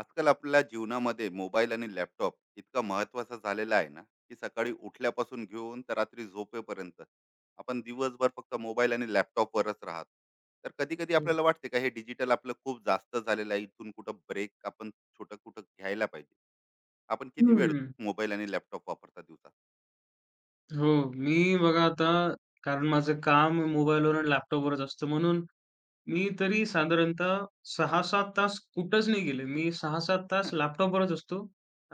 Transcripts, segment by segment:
आजकाल आपल्या जीवनामध्ये मोबाईल आणि लॅपटॉप इतका महत्वाचा झालेला आहे ना, की सकाळी उठल्यापासून घेऊन तर रात्री झोपेपर्यंत आपण दिवसभर फक्त मोबाईल आणि लॅपटॉपवरच राहत. तर कधी कधी हं. आपल्याला वाटते का, हे डिजिटल आपलं खूप जास्त झालेलं आहे, इथून कुठं ब्रेक आपण छोटं कुठं घ्यायला पाहिजे. आपण किती वेळ मोबाईल आणि लॅपटॉप वापरता दिवसात? हो. मी बघा आता, कारण माझं काम मोबाईलवर आणि लॅपटॉपवरच असतं म्हणून मी तरी साधारणतः 6-7 तास कुठंच नाही गेले. मी 6-7 तास लॅपटॉपवरच असतो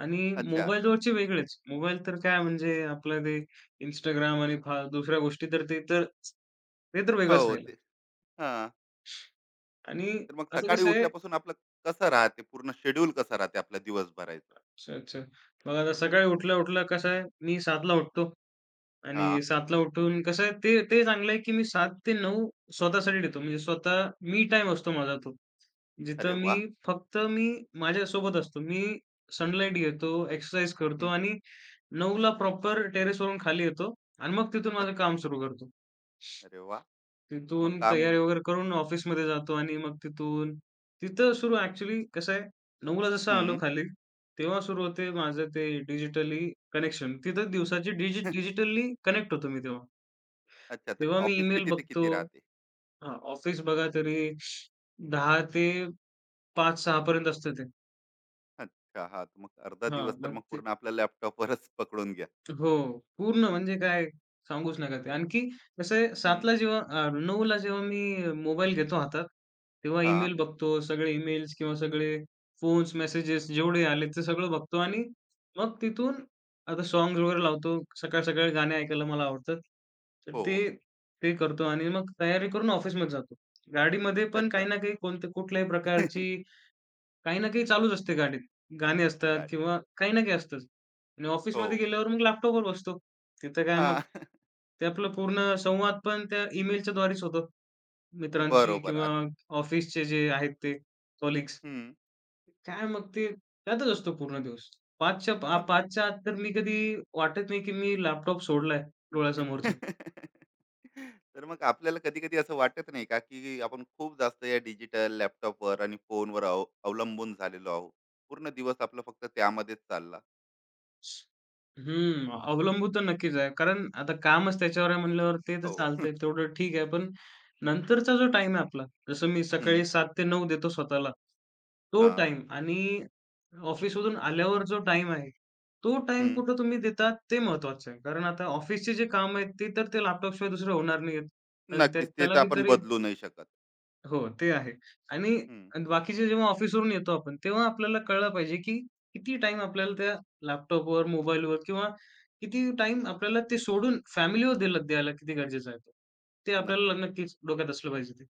आणि अच्छा. मोबाईलवरचे वेगळेच. मोबाईल तर काय, म्हणजे आपलं ते Instagram आणि दुसऱ्या गोष्टी, तर ते तर हो, वेगळंच राहिलं. ते हा. आणि तर मग असं सकाळी कसं आहे. उठल्यापासून आपलं कसं राहते, पूर्ण शेड्यूल कसं राहते आपलं दिवसभराचं? अच्छा, अच्छा. बघा आता सकाळी उठल्या-उठल्या कसं आहे, मी 7:00 उठतो. हा, आणि 7:00 ला उठून कसं आहे, ते ते चांगलं आहे, की मी 7 ते 9 स्वतःसाठी देतो. म्हणजे स्वतः मी, टाइम असतो माझा तो. अरे जिथं मी वा. फक्त मी माझ्यासोबत असतो. मी सनलाईट घेतो, एक्सरसाइज करतो हं, आणि 9 ला प्रॉपर टेरेसवरून खाली येतो आणि मग तिथून अ- माझं काम सुरू करतो. अरे वा. तर मग तिथून काम. तयारी वगैरे करून ऑफिसमध्ये जातो आणि मग तिथून तिथं सुरू. ॲक्चुअली कसं आहे, 9 जसं आलो हं. खाली, तेव्हा सुरू होते माझं ते डिजिटली कनेक्शन. तिथं दिवसाची डिजि डिजिटली कनेक्ट होतो मी तेव्हा. अच्छा, तर तेव्हा मी ऑफिस ईमेल किती ते बघतो. किती राहते? हां, ऑफिस बघा तरी 10 ते 5-6 पर्यंत असतं ते. अच्छा, हां. मग अर्धा हां, दिवस तर मग मग ते पूर्ण आपल्या लॅपटॉपवरच पकडून घ्या. हो. पूर्ण म्हणजे काय सांगूच नका ते. आणखी कसं आहे, हं. 7:00ला जेव्हा 9:00ला जेव्हा मी मोबाईल घेतो हातात, तेव्हा हां. ईमेल बघतो. सगळे ईमेल्स किंवा सगळे फोन्स, मेसेजेस जेवढे आले ते सगळं बघतो आणि मग तिथून आता सॉन्ग्स वगैरे लावतो. सकाळ-सकाळी गाणे ऐकायला मला आवडतात. तर हो. ते ते करतो आणि मग तयारी करून ऑफिसमध्ये जातो. गाडीमध्ये पण काही अच्छा. ना काही, कोणत्या कुठल्याही प्रकारची काही ना काही चालूच असते गाडीत. गाणी असतात गाडी. किंवा काही ना काही असतंच. आणि हो. ऑफिसमध्ये गेल्यावर मग लॅपटॉपवर बसतो. तिथं काय मग, हां. ते आपलं पूर्ण संवाद पण त्या ईमेलच्या द्वारेच होतो. मित्रांशी बरोबर. किंवा आत ऑफिसचे जे आहेत ते कलीग्स. हं. काय मग, ते त्यातच असतो पूर्ण दिवस. 5च्या तर मग. 5च्या आत तर मी कधी वाटत नाही, की मी लॅपटॉप सोडलाय डोळ्यासमोरचा. तर मग आपल्याला कधी-कधी असं वाटत नाही का, की आपण खूप जास्त या डिजिटल लॅपटॉपवर आणि फोनवर अवलंबून झालेलो आहोत? पूर्ण दिवस आपला फक्त त्यामध्येच चालला. हम्म, अवलंबून तर नक्कीच आहे. कारण आता कामच त्याच्यावर आहे म्हणल्यावर ते तर हो. चालतंय, तेवढं ठीक आहे. पण नंतरचा जो टाइम आहे आपला, जसं मी हं. सकाळी 7 ते 9 देतो स्वतःला, तो हां. टाईम आणि ऑफिसमधून आल्यावर जो टाइम आहे, तो टाइम हं. कुठं तुम्ही देता ते महत्त्वाचं आहे. कारण आता ऑफिसचे जे काम आहेत ते तर ते लॅपटॉपशिवाय दुसरं होणार नाहीयेत. नक्कीच. ते त्याला तर आपण कितीतरी बदलू नाही शकत. हो, ते आहे. आणि हं. आणि बाकीचे, जेव्हा ऑफिसवरून येतो आपण, तेव्हा आपल्याला कळलं पाहिजे, की किती टाईम आपल्याला त्या लॅपटॉपवर, मोबाईलवर किंवा किती टाइम आपल्याला ते सोडून फॅमिलीवर दिला द्यायला किती गरजेचं आहे ते. ते नक्की. आपल्याला नक्कीच डोक्यात असलं पाहिजे ते.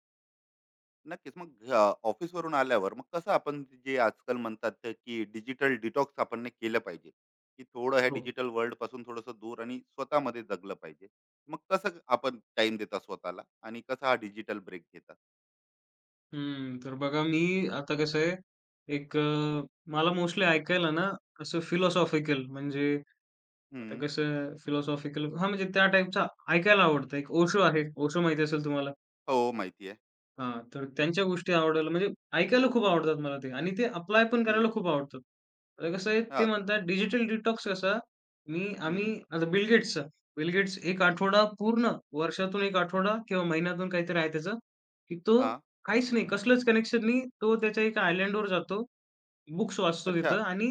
नक्कीच. मग ऑफिसवरून आल्यावर मग कसं आपण जे आजकाल म्हणतात ते, की डिजिटल डिटॉक्स आपण ने केलं पाहिजे, की थोडं ह्या हो. डिजिटल वर्ल्डपासून थोडंसं दूर आणि स्वतःमध्ये जगलं पाहिजे. मग कसं आपण टाईम देता स्वतःला आणि कसा हा डिजिटल ब्रेक घेता? हं. तर बघा मी आता कसं आहे, एक मला मोस्टली ऐकायला ना असं फिलॉसॉफिकल म्हणजे आता हं. कसं फिलॉसॉफिकल, हां, म्हणजे त्या टाईपचं ऐकायला आवडतं. एक ओशो आहे. ओशो माहिती असेल तुम्हाला? हो, माहिती आहे. हां, तर त्यांच्या गोष्टी आवडायला, म्हणजे ऐकायला खूप आवडतात मला ते, आणि ते अप्लाय पण हं. करायला खूप आवडतात. आता कसं आहे, ते हां. म्हणतात डिजिटल डिटॉक्स कसा. मी आम्ही हं. आता बिल गेट्सचा, बिल गेट्स 1 आठवडा पूर्ण, वर्षातून एक आठवडा किंवा महिन्यातून काहीतरी आहे त्याचं, की तो हां. काहीच नाही, कसलंच कनेक्शन नाही. तो त्याच्या एका आयलंडवर जातो, बुक्स वाचतो अच्छा. तिथं आणि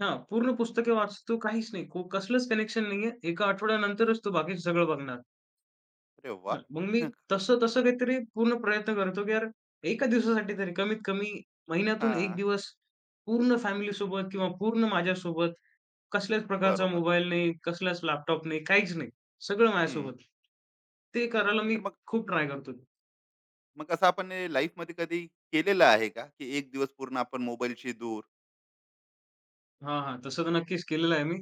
हां, पूर्ण पुस्तके वाचतो, काहीच नाही. कसलंच कनेक्शन नाहीये. एका आठवड्यानंतरच तो बाकीचं सगळं बघणार. अरे हां, वाह! मग मी हां. तसं तसं काहीतरी पूर्ण प्रयत्न करतो, की यार, एका दिवसासाठी तरी कमीत कमी, महिन्यातून 1 दिवस पूर्ण फॅमिलीसोबत किंवा पूर्ण माझ्यासोबत, कसल्याच प्रकारचा बरोबर. मोबाईल नाही, कसलाच लॅपटॉप नाही, काहीच नाही. सगळं हं. माझ्यासोबत. ते करायला मी तर मग. खूप ट्राय करतो. मग असं आपण हे लाईफमध्ये कधी केलेलं आहे का, की एक दिवस पूर्ण आपण मोबाईलशी दूर? हां, हां. तसं तर नक्कीच केलेलं आहे मी.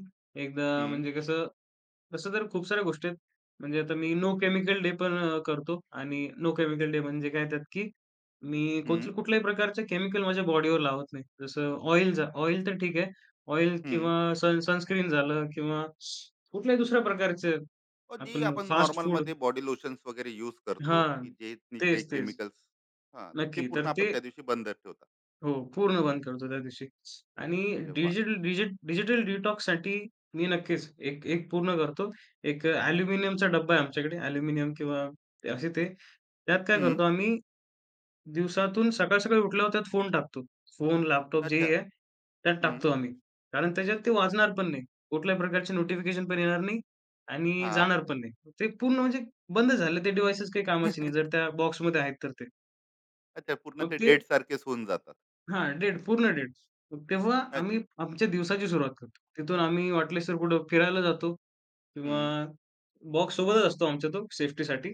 एकदा हं. म्हणजे कसं, तसं तर खूप साऱ्या गोष्टी आहेत. म्हणजे आता मी नो केमिकल डे पण करतो. आणि नो केमिकल डे म्हणजे काय त्यात, की मी हं. कुठल्याही प्रकारचे केमिकल माझ्या बॉडीवर लावत नाही. जसं ऑइल तर ठीक आहे. ऑइल हं. किंवा सनस्क्रीन झालं किंवा कुठल्याही दुसऱ्या प्रकारचे. हो, जी आपण आपण फास्ट नॉर्मल फूड. मध्ये बॉडी लोशन्स वगैरे युज करतो, हां. की जे नी काही तेच, तेच. केमिकल्स. हा, ते नक्की. पूर्ण तर आपण ते त्या दिवशी बंद ठेवतात. हो, पूर्ण बंद करतो त्या दिवशी. आणि अरे वा. डिजिटल डिटॉक्ससाठी मी नक्कीच एक एक पूर्ण करतो. एक ॲल्युमिनियमचा डब्बा आहे आमच्याकडे. ॲल्युमिनियम किंवा असे ते. त्यात काय हम्म. करतो आम्ही, दिवसातून सकाळ-सकाळी उठल्यावर त्यात फोन टाकतो. फोन, लॅपटॉप अच्छा. जेही आहे, त्यात हम्म. टाकतो आम्ही. कारण त्याच्यात ते वाजणार पण नाही. कुठल्याही प्रकारचे नोटिफिकेशन पण येणार नाही आणि हा. जाणार पण नाही. ते पूर्ण म्हणजे बंद झालं. ते डिव्हाइसेस काही कामाचे नाही, जर त्या बॉक्समध्ये आहेत तर ते. अच्छा, पूर्ण मग ते ते डेट सारखेच होऊन जातात. हां, डेट पूर्ण डेट. मग तेव्हा अच्छ- आम्ही आमच्या दिवसाची सुरुवात करतो. तिथून आम्ही वाटल्यास तर कुठं फिरायला जातो किंवा, हम्म. बॉक्स सोबतच असतो आमच्या तो सेफ्टीसाठी.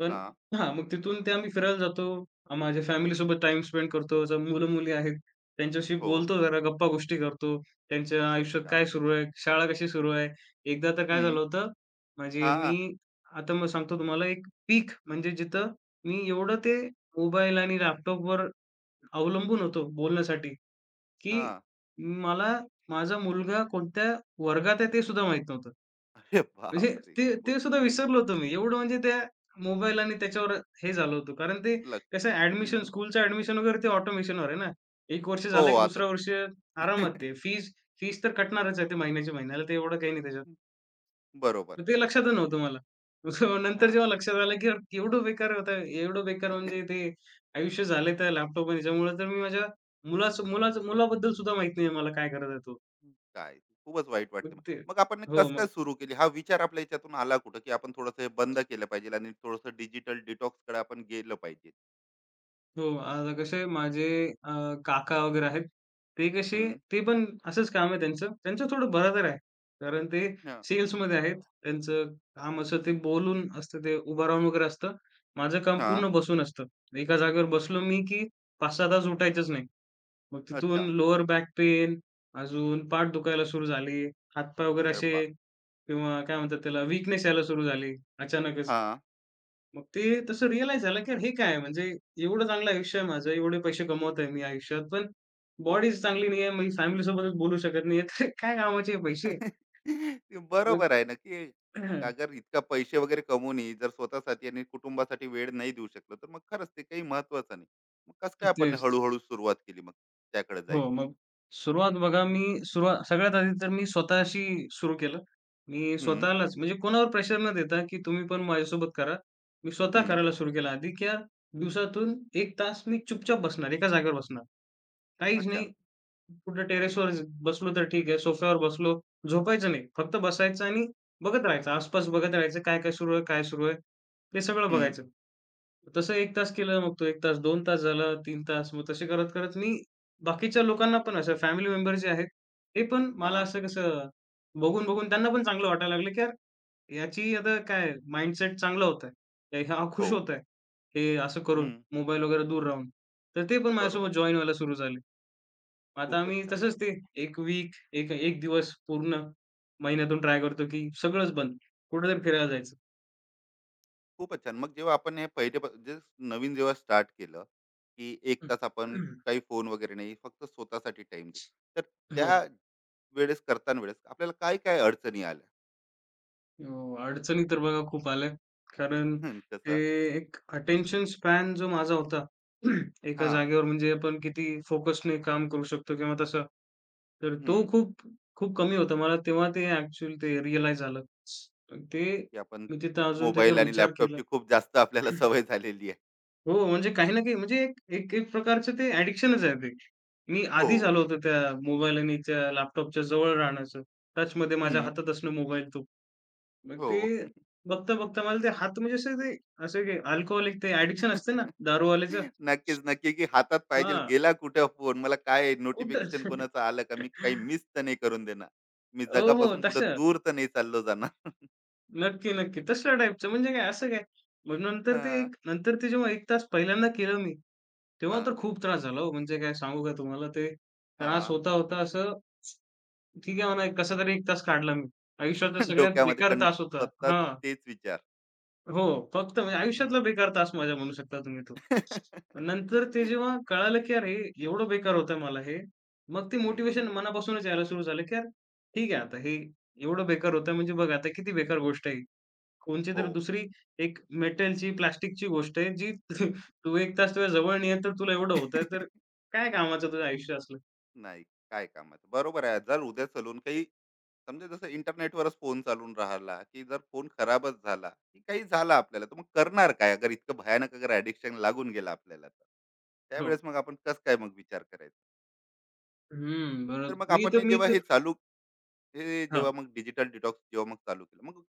पण हा. हां, मग तिथून ते आम्ही फिरायला जातो. माझ्या फॅमिलीसोबत टाईम स्पेंड करतो. जर मुलं-मुली आहेत, त्यांच्याशी हो. बोलतो जरा, गप्पा-गोष्टी करतो. त्यांच्या आयुष्यात काय छान. सुरू आहे, शाळा कशी सुरू आहे. एकदा तर काय हम्म. झालं होतं, म्हणजे हा. मी आता मग सांगतो तुम्हाला एक पीक, म्हणजे जिथं मी एवढं ते मोबाईल आणि लॅपटॉपवर अवलंबून होतो बोलण्यासाठी, हा. की मला माझा मुलगा कोणत्या वर्गात आहे ते सुद्धा माहीत नव्हतं. अरे बाप म्हणजे रे, की ते ते सुद्धा पूर्ण. हम्म. विसरलो होतो मी. एवढं म्हणजे त्या मोबाईल आणि त्याच्यावर हे झालं होतं. कारण ते लग. कसं ॲडमिशन, हम्म. स्कूलचं ॲडमिशन वगैरे ते ऑटोमेशनवर आहे ना. एक वर्ष हो, झालं की आता. दुसऱ्या वर्षी आरामात ते. फीज फीज तर कटणारच आहे ते महिन्याच्या महिन्याला. ते एवढं काही नाही त्याच्यात. बरोबर. मग ते लक्षातच नव्हतं मला. सो नंतर जेव्हा लक्षात आलं, की यार एवढं बेकार होतं, एवढं बेकार म्हणजे ते आयुष्य झालंय त्या लॅपटॉप आणि ह्याच्यामुळं, तर मी माझ्या मुलाचं मुलाचं मुलाबद्दल सुद्धा माहीत नाही मला, काय करायचा तो. काय. खूपच वाईट मग वाटते मग. ते मग आपण हो, कस मग काय सुरू केली, हा विचार आपल्या याच्यातून आला कुठं, की आपण थोडंसं हे बंद केलं पाहिजे आणि थोडंसं डिजिटल डिटॉक्स कडे आपण गेलं पाहिजे. हो. आता कसे माझे अ, काका वगैरे आहेत. ते कसे, हम्म. ते पण असंच काम आहे त्यांचं. त्यांचं थोडं बराबर आहे. कारण ते हा. सेल्समध्ये आहेत. त्यांचं काम असं, ते बोलून असतं, ते उभं राहून वगैरे असतं. माझं काम हा. पूर्ण बसून असतं. एका जागेवर बसलो मी, की 5-6 तास उठायचंच नाही. मग तिथून अच्छा. लोअर बॅक पेन, अजून पाठ दुखायला सुरू झाली. हातपाय वगैरे अरे असे, बा. किंवा काय म्हणतात त्याला, वीकनेस यायला सुरू झाली अचानकच. हा. मग ते तसं रिअलाईज झालं, की हे काय म्हणजे, एवढं चांगलं आयुष्य आहे माझं, एवढे पैसे कमवतोय मी आयुष्यात, पण हो. बॉडीच चांगली नाहीये. मी फॅमिलीसोबतच बोलू शकत नाहीये. काय कामाचे हे पैसे? ते मग बरोबर आहे ना, की अगर इतका पैसे वगैरे कमवून ही जर स्वतःसाठी आणि कुटुंबासाठी वेळ नाही देऊ शकलो, तर मग खरंच ते काही महत्वाचं नाही. मग कस काय आपण तेच. हळूहळू सुरुवात केली मग त्याकडे हो, जायची? मग सुरुवात सगळ्यात आधी तर मी स्वतःशी सुरू केलं. मी हम्म. स्वतःलाच, म्हणजे कोणावर प्रेशर न देता, की तुम्ही पण माझ्यासोबत करा. मी स्वतः हम्म. करायला सुरू केलं आधी, की दिवसातून 1 तास मी चुपचाप बसणार, एका जागेवर बसणार. काहीच नाही. अच्छा. कुठं टेरेसवर बसलो तर ठीक आहे, सोफ्यावर बसलो, झोपायचं नाही. फक्त बसायचं आणि बघत राहायचं, आसपास बघत राहायचं, काय-काय सुरू आहे, काय सुरू आहे, ते सगळं हम्म. बघायचं. तसं 1 तास केलं, मग तो 1 तास, 2 तास झाला, 3 तास. मग तसे करत, करत, मी बाकीच्या लोकांना पण, असं फॅमिली मेंबर जे आहेत, ते पण मला हा. असं कसं बघून, बघून त्यांना पण चांगलं वाटायला लागलं, की यार, याची आता काय माइंडसेट चांगला होत आहे. हा हो. खुश होत आहे. हे असं करून, हम्म. मोबाईल वगैरे दूर राहून. तर ते पण माझ्यासोबत बरोबर. जॉइन व्हायला सुरू झाले. मग आता आम्ही खूपच छान. तसंच ते 1 वीक, एक 1 दिवस पूर्ण महिन्यातून ट्राय करतो, की सगळंच बंद. कुठेतरी फिरायला जायचं. खूपच छान. मग जेव्हा आपण हे पहिले जे नवीन जेव्हा स्टार्ट केलं, की एक तास आपण काही फोन वगैरे नाही, फक्त स्वतःसाठी टाईम देऊ. तर हो. त्या वेळेस करताना वेळेस आपल्याला काय-काय अडचणी आल्या? हो, अडचणी तर बघा खूप आल्या. कारण हं, ते कसं. एक अटेन्शन स्पॅन जो माझा होता, एका हां. जागेवर म्हणजे आपण किती फोकसने काम करू शकतो किंवा तसं, तर तो हं. खूप, खूप कमी होता. मला तेव्हा ते ॲक्चुअली ते रिअलाईज झालं. ते की आपण मी तिथं अजून मोबाईल त्याच्यावर आणि विचार केला. लॅपटॉपची खूप जास्त आपल्याला सवय झालेली आहे. हो, म्हणजे काही ना काही, म्हणजे एक एक एक प्रकारचं ते ॲडिक्शनच आहे ते. मी हो. आधीच आलो होतो त्या मोबाईल आणि त्या लॅपटॉपच्या जवळ राहण्याचं. टचमध्ये माझ्या हं. हातात असणं मोबाईल तो. मग हो. ते बघता-बघता मला ते हात म्हणजे असं ते, असं की अल्कोहोलिक ते ॲडिक्शन असते ना दारूवाल्याचं. नक्कीच, नक्की, की हातात पाहिजे. हां, गेला कुठे फोन? मला काय नोटिफिकेशन कुठं? कोणाचं आलं का? मी काही मिस तर नाही करून देणार. मी हो, हो, जगापासून कुठं तसं. दूर तर नाही चाललो जाणार? नक्की, नक्की. तशा टाईपचं म्हणजे काय, असं काय. मग नंतर ते हां, एक, नंतर ते जेव्हा 1 तास पहिल्यांदा केलं मी, तेव्हा हां, तर खूप त्रास झाला हो. म्हणजे काय सांगू का तुम्हाला ते, त्रास हां. होता-होता असं, ठीक आहे म्हणा कसा तरी 1 तास काढला मी. आयुष्याचा सगळ्यात डोक्यामध्ये बेकार तास होता. सतत हां. तेच विचार. हो. फक्त म्हणजे हं. आयुष्यातला बेकार तास माझ्या म्हणू शकता तुम्ही तो. नंतर ते हं. जेव्हा कळालं, की अरे, एवढं बेकार होतंय मला हे. मग ते मोटिव्हेशन मनापासूनच यायला सुरू झालं, की यार, ठीक आहे आता हे, एवढं बेकार होतंय म्हणजे बघ आता किती बेकार गोष्ट आहे. हो. कोणचीतरी दुसरी एक मेटलची, प्लास्टिकची गोष्ट आहे जी तू 1 तास तुझ्या जवळ नाही आहे तर तुला एवढं होतंय, तर काय कामाचं तुझं आयुष्य असलं? नाही, काय कामाचं. बरोबर आहे. जर उद्या चालून काही, समजा जसं इंटरनेटवरच फोन चालून राहिला, की जर फोन खराबच झाला, की काही झालं आपल्याला, तर मग करणार काय? अगर इतकं भयानक अगर एडिक्शन लागून गेलं आपल्याला तर. हो. त्यावेळेस मग आपण कसं काय मग विचार करायचा? हं, तर बरोबर. मग मी आपण तर हे मी जेव्हा हे तर चालू हे हां. जेव्हा मग डिजिटल डिटॉक्स जेव्हा मग चालू केलं, मग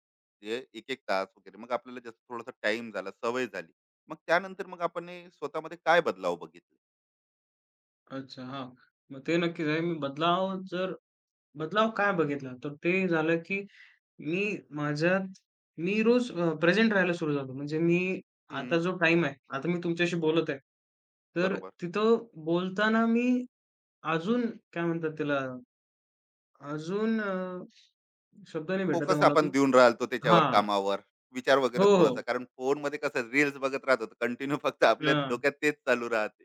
हे एक-एक तास वगैरे मग आपल्याला जसं थोडासा टाईम झाला, सवय झाली. मग त्यानंतर मग आपण हे स्वतःमध्ये काय बदलाव बघितले? अच्छा हां. मग ते नक्कीच आहे. मी बदलाव जर, बदलाव काय बघितला? तर ते झालं, की मी माझ्यात मी रोज प्रेझेंट राहायला सुरू झालो. म्हणजे मी आता हं, जो टाइम आहे, आता मी तुमच्याशी बोलत आहे. तर बरोबर. तिथं बोलताना मी अजून, काय म्हणतात त्याला, अजून शब्द नाही भेटत आहे फोकस मला आपण तो. देऊन राहिलो त्याच्यावर हां. कामावर, विचार हो, वगैरे थोडासा, हो. कारण फोनमध्ये कसं रील्स बघत राहतो कंटिन्यू, फक्त आपल्या हां. डोक्यात तेच चालू राहते.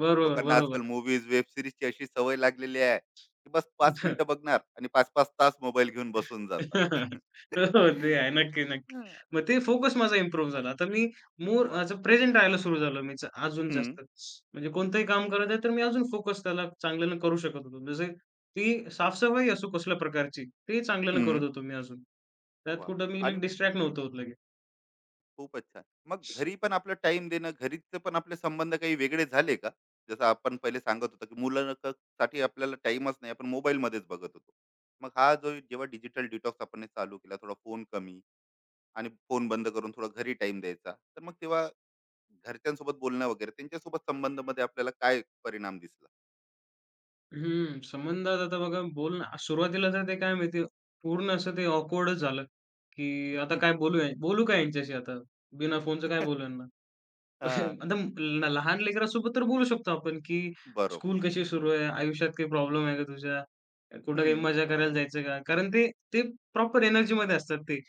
बरोबर, लोकांना बरोबर. आजकाल मूव्हीज, वेब सीरीजची अशी सवय लागलेली आहे, की बस 5 मिनिटं बघणार आणि 5-5 तास मोबाईल घेऊन बसून जातात. हो, ते आहे. नक्की, नक्की. हां. मग ते फोकस माझा इम्प्रूव्ह झाला. आता मी मोर वाह! ॲज अ प्रेझेंट राहायला सुरू झालो मी, अजून हं, जास्त. म्हणजे कोणतंही काम करत आहे, तर मी अजून फोकस त्याला चांगल्यानं करू शकत होतो. जसे ती साफ, असो कसल्या प्रकारची, ते चांगल्यानं करत हं. होतो मी अजून. त्यात वा! कुठं मी आणि डिस्ट्रॅक्ट नव्हतो होत लगेच. खूपच छान. मग घरी पण आपलं टाईम देणं, घरीचे पण आपले संबंध काही वेगळे झाले का? जसं आपण पहिले सांगत होतो, की मुलं साठी आपल्याला टाईमच नाही. आपण मोबाईलमध्येच बघत होतो. मग हा जो जेव्हा डिजिटल डिटॉक्स आपण हे चालू केला, थोडा फोन कमी आणि फोन बंद करून थोडा घरी टाईम द्यायचा. तर मग तेव्हा घरच्यांसोबत बोलणं वगैरे, त्यांच्यासोबत संबंधमध्ये आपल्याला काय परिणाम दिसला? हं, संबंधात आता बघा बोल ना, सुरुवातीला तर ते काय माहिती, पूर्ण असं ते ऑकवर्डच झालं, की आता काय बोलू, बोलू काय यांच्याशी आता? बिना फोनचं काय बोलू यांना? हां. आता लहान लेकरासोबत तर बोलू शकतो आपण, की बरोबर. स्कूल कशी सुरू आहे? आयुष्यात काही प्रॉब्लेम आहे का तुझ्या? कुठं काही हं. मजा करायला जायचं का? कारण ते ते प्रॉपर एनर्जीमध्ये असतात ते.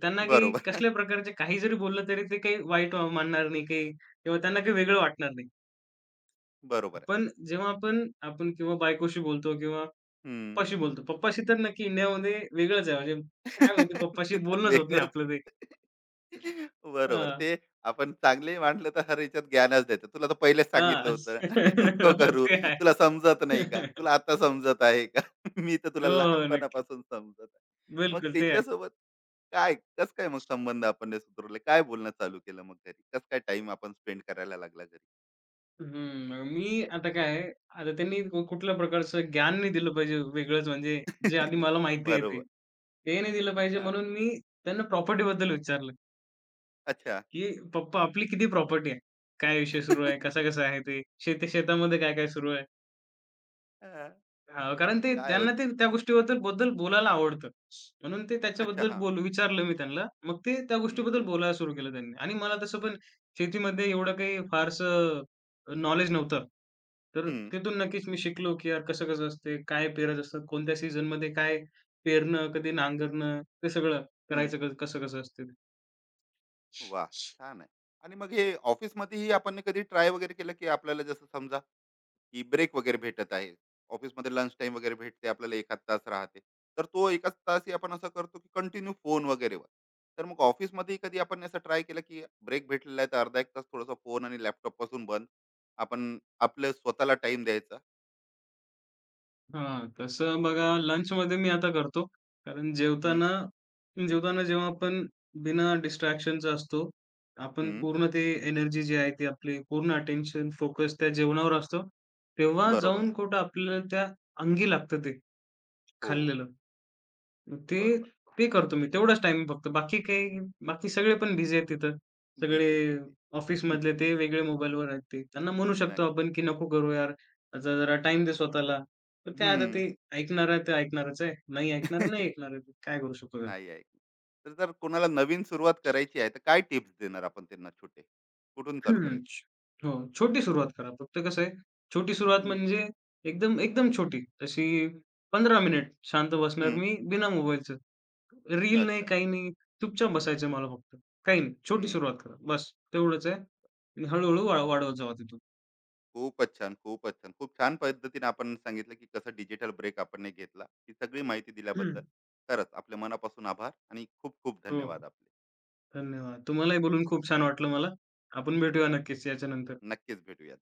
त्यांना काही बरोबर. कसल्या प्रकारचे काही जरी बोललं तरी ते काही वाईट मानणार नाही काही, किंवा त्यांना काही वेगळं वाटणार नाही. बरोबर आहे. पण जेव्हा आपण, आपण किंवा बायकोशी बोलतो किंवा हं. पप्पाशी बोलतो. पप्पाशी तर नक्की इंडियामध्ये वेगळंच आहे. म्हणजे काय माहिती, पप्पाशी ते तर बोलणंच होत नाही वेगळंच. आपलं ते. बरोबर. हां, ते आपण चांगले मांडलं तर हर ह्याच्यात ज्ञानच देतं. तुला तर पहिलेच सांगितलं हां. होतं. नको करू. ते आहे. तुला समजत नाही का? तुला आता समजत आहे का? मी तर हो, तुला हो. नक्की. लहानपणापासून समजत आहे. मग बिलकुल, ते आहे. त्यांच्यासोबत काय कसं काय मग संबंध आपण हे सुधारले? काय बोलणं चालू केलं मग घरी? कसं काय टाईम आपण स्पेंड करायला लागला घरी? हं, मी आता काय आहे, आता त्यांनी कुठल्या प्रकारचं ज्ञान नाही दिलं पाहिजे वेगळंच, म्हणजे जे आधी मला माहिती आहे ते. बरोबर. ते नाही दिलं पाहिजे, हां. म्हणून मी त्यांना प्रॉपर्टीबद्दल विचारलं, अच्छा. की "पप्पा आपली किती प्रॉपर्टी आहे? काय विषय सुरू आहे? कसा-कसा आहे ते? शेतामध्ये काय-काय सुरू आहे?" हां. हां, कारण ते, काय त्यांना होत. ते त्या गोष्टीबद्दल बोलायला आवडतं. म्हणून ते अच्छा. त्याच्याबद्दल हां. बोलू विचारलं मी त्यांना. मग ते त्या हं. गोष्टीबद्दल बोलायला सुरू केलं त्यांनी, आणि मला तसं पण शेतीमध्ये एवढं काही फारसं नॉलेज नव्हतं. तर हं. तिथून नक्कीच मी शिकलो, की यार कसं-कसं असते, काय पेरत असतात, कोणत्या सीझनमध्ये काय पेरणं, कधी नांगरणं, ते सगळं हं. करायचं कसं-कसं असते ते. वाह! छान आहे. आणि मग हे ऑफिसमध्येही आपण कधी ट्राय वगैरे केलं, की आपल्याला जसं समजा, की ब्रेक वगैरे भेटत आहे. ऑफिसमध्ये लंच टाइम वगैरे भेटते. आपल्याला 1 आध तास राहते. तर तो 1 आध तासही आपण असं करतो, की कंटिन्यू फोन वगैरेवर. तर मग ऑफिसमध्येही कधी आपण असं ट्राय केलं, की ब्रेक भेटलेला आहे, तर अर्धा 1 तास थोडासा फोन आणि लॅपटॉपपासून बंद. आपण आपल्या स्वतःला टाईम द्यायचा. हां, तसं बघा लंचमध्ये मी आता करतो. कारण हं, जेवताना जेवताना जेव्हा आपण बिना डिस्ट्रॅक्शनचा असतो, आपण हं. पूर्ण ते, एनर्जी जी आहे ती आपली, पूर्ण अटेन्शन, फोकस त्या जेवणावर असतो. तेव्हा बरोबर. जाऊन कुठं आपल्याला त्या अंगी लागतं ते हो, खाल्लेलं. ते बरोबर. ते करतो मी. तेवढाच टाईम फक्त. बाकी काही, बाकी सगळे पण बिझी आहेत तिथं. सगळे बिझीच बिझी. ऑफिसमधले ते वेगळे मोबाईलवर आहेत ते. त्यांना म्हणू शकतो नक्की. आपण, की "नको करू यार, आता जरा टाईम दे स्वतःला." तर ते आता हं. ते, ऐकणार आहे ते ऐकणारच आहे. नाही ऐकणार आहे, नाही ऐकणार आहे. काय करू शकतो त्यात? नाही आहे. तर जर कोणाला नवीन सुरुवात करायची आहे, तर काय टिप्स देणार आपण त्यांना छोटे? कुठून चालू हं. करायचं? हो, छोटी सुरुवात करा. फक्त कसं आहे, छोटी सुरुवात हं, म्हणजे एकदम एकदम छोटी. तशी 15 मिनिट शांत बसणार हं. मी बिना मोबाईलचं. रील नाही, अच्छा. काही नाही. चुपचाप बसायचं आहे मला फक्त. काही नाही. छोटी हं. सुरुवात करा. बस तेवढंच आहे, आणि हळू-हळू वाढवत जावा तिथून. खूपच छान, खूपच छान. खूप छान पद्धतीने आपण सांगितलं, की कसं डिजिटल ब्रेक आपण ने घेतला. ही सगळी माहिती दिल्याबद्दल खरंच आपल्या मनापासून आभार आणि खूप खूप हो, हो. धन्यवाद आपले. धन्यवाद. तुम्हालाही बोलून खूप छान वाटलं मला. आपण भेटूया नक्कीच याच्यानंतर. नक्कीच भेटूयात.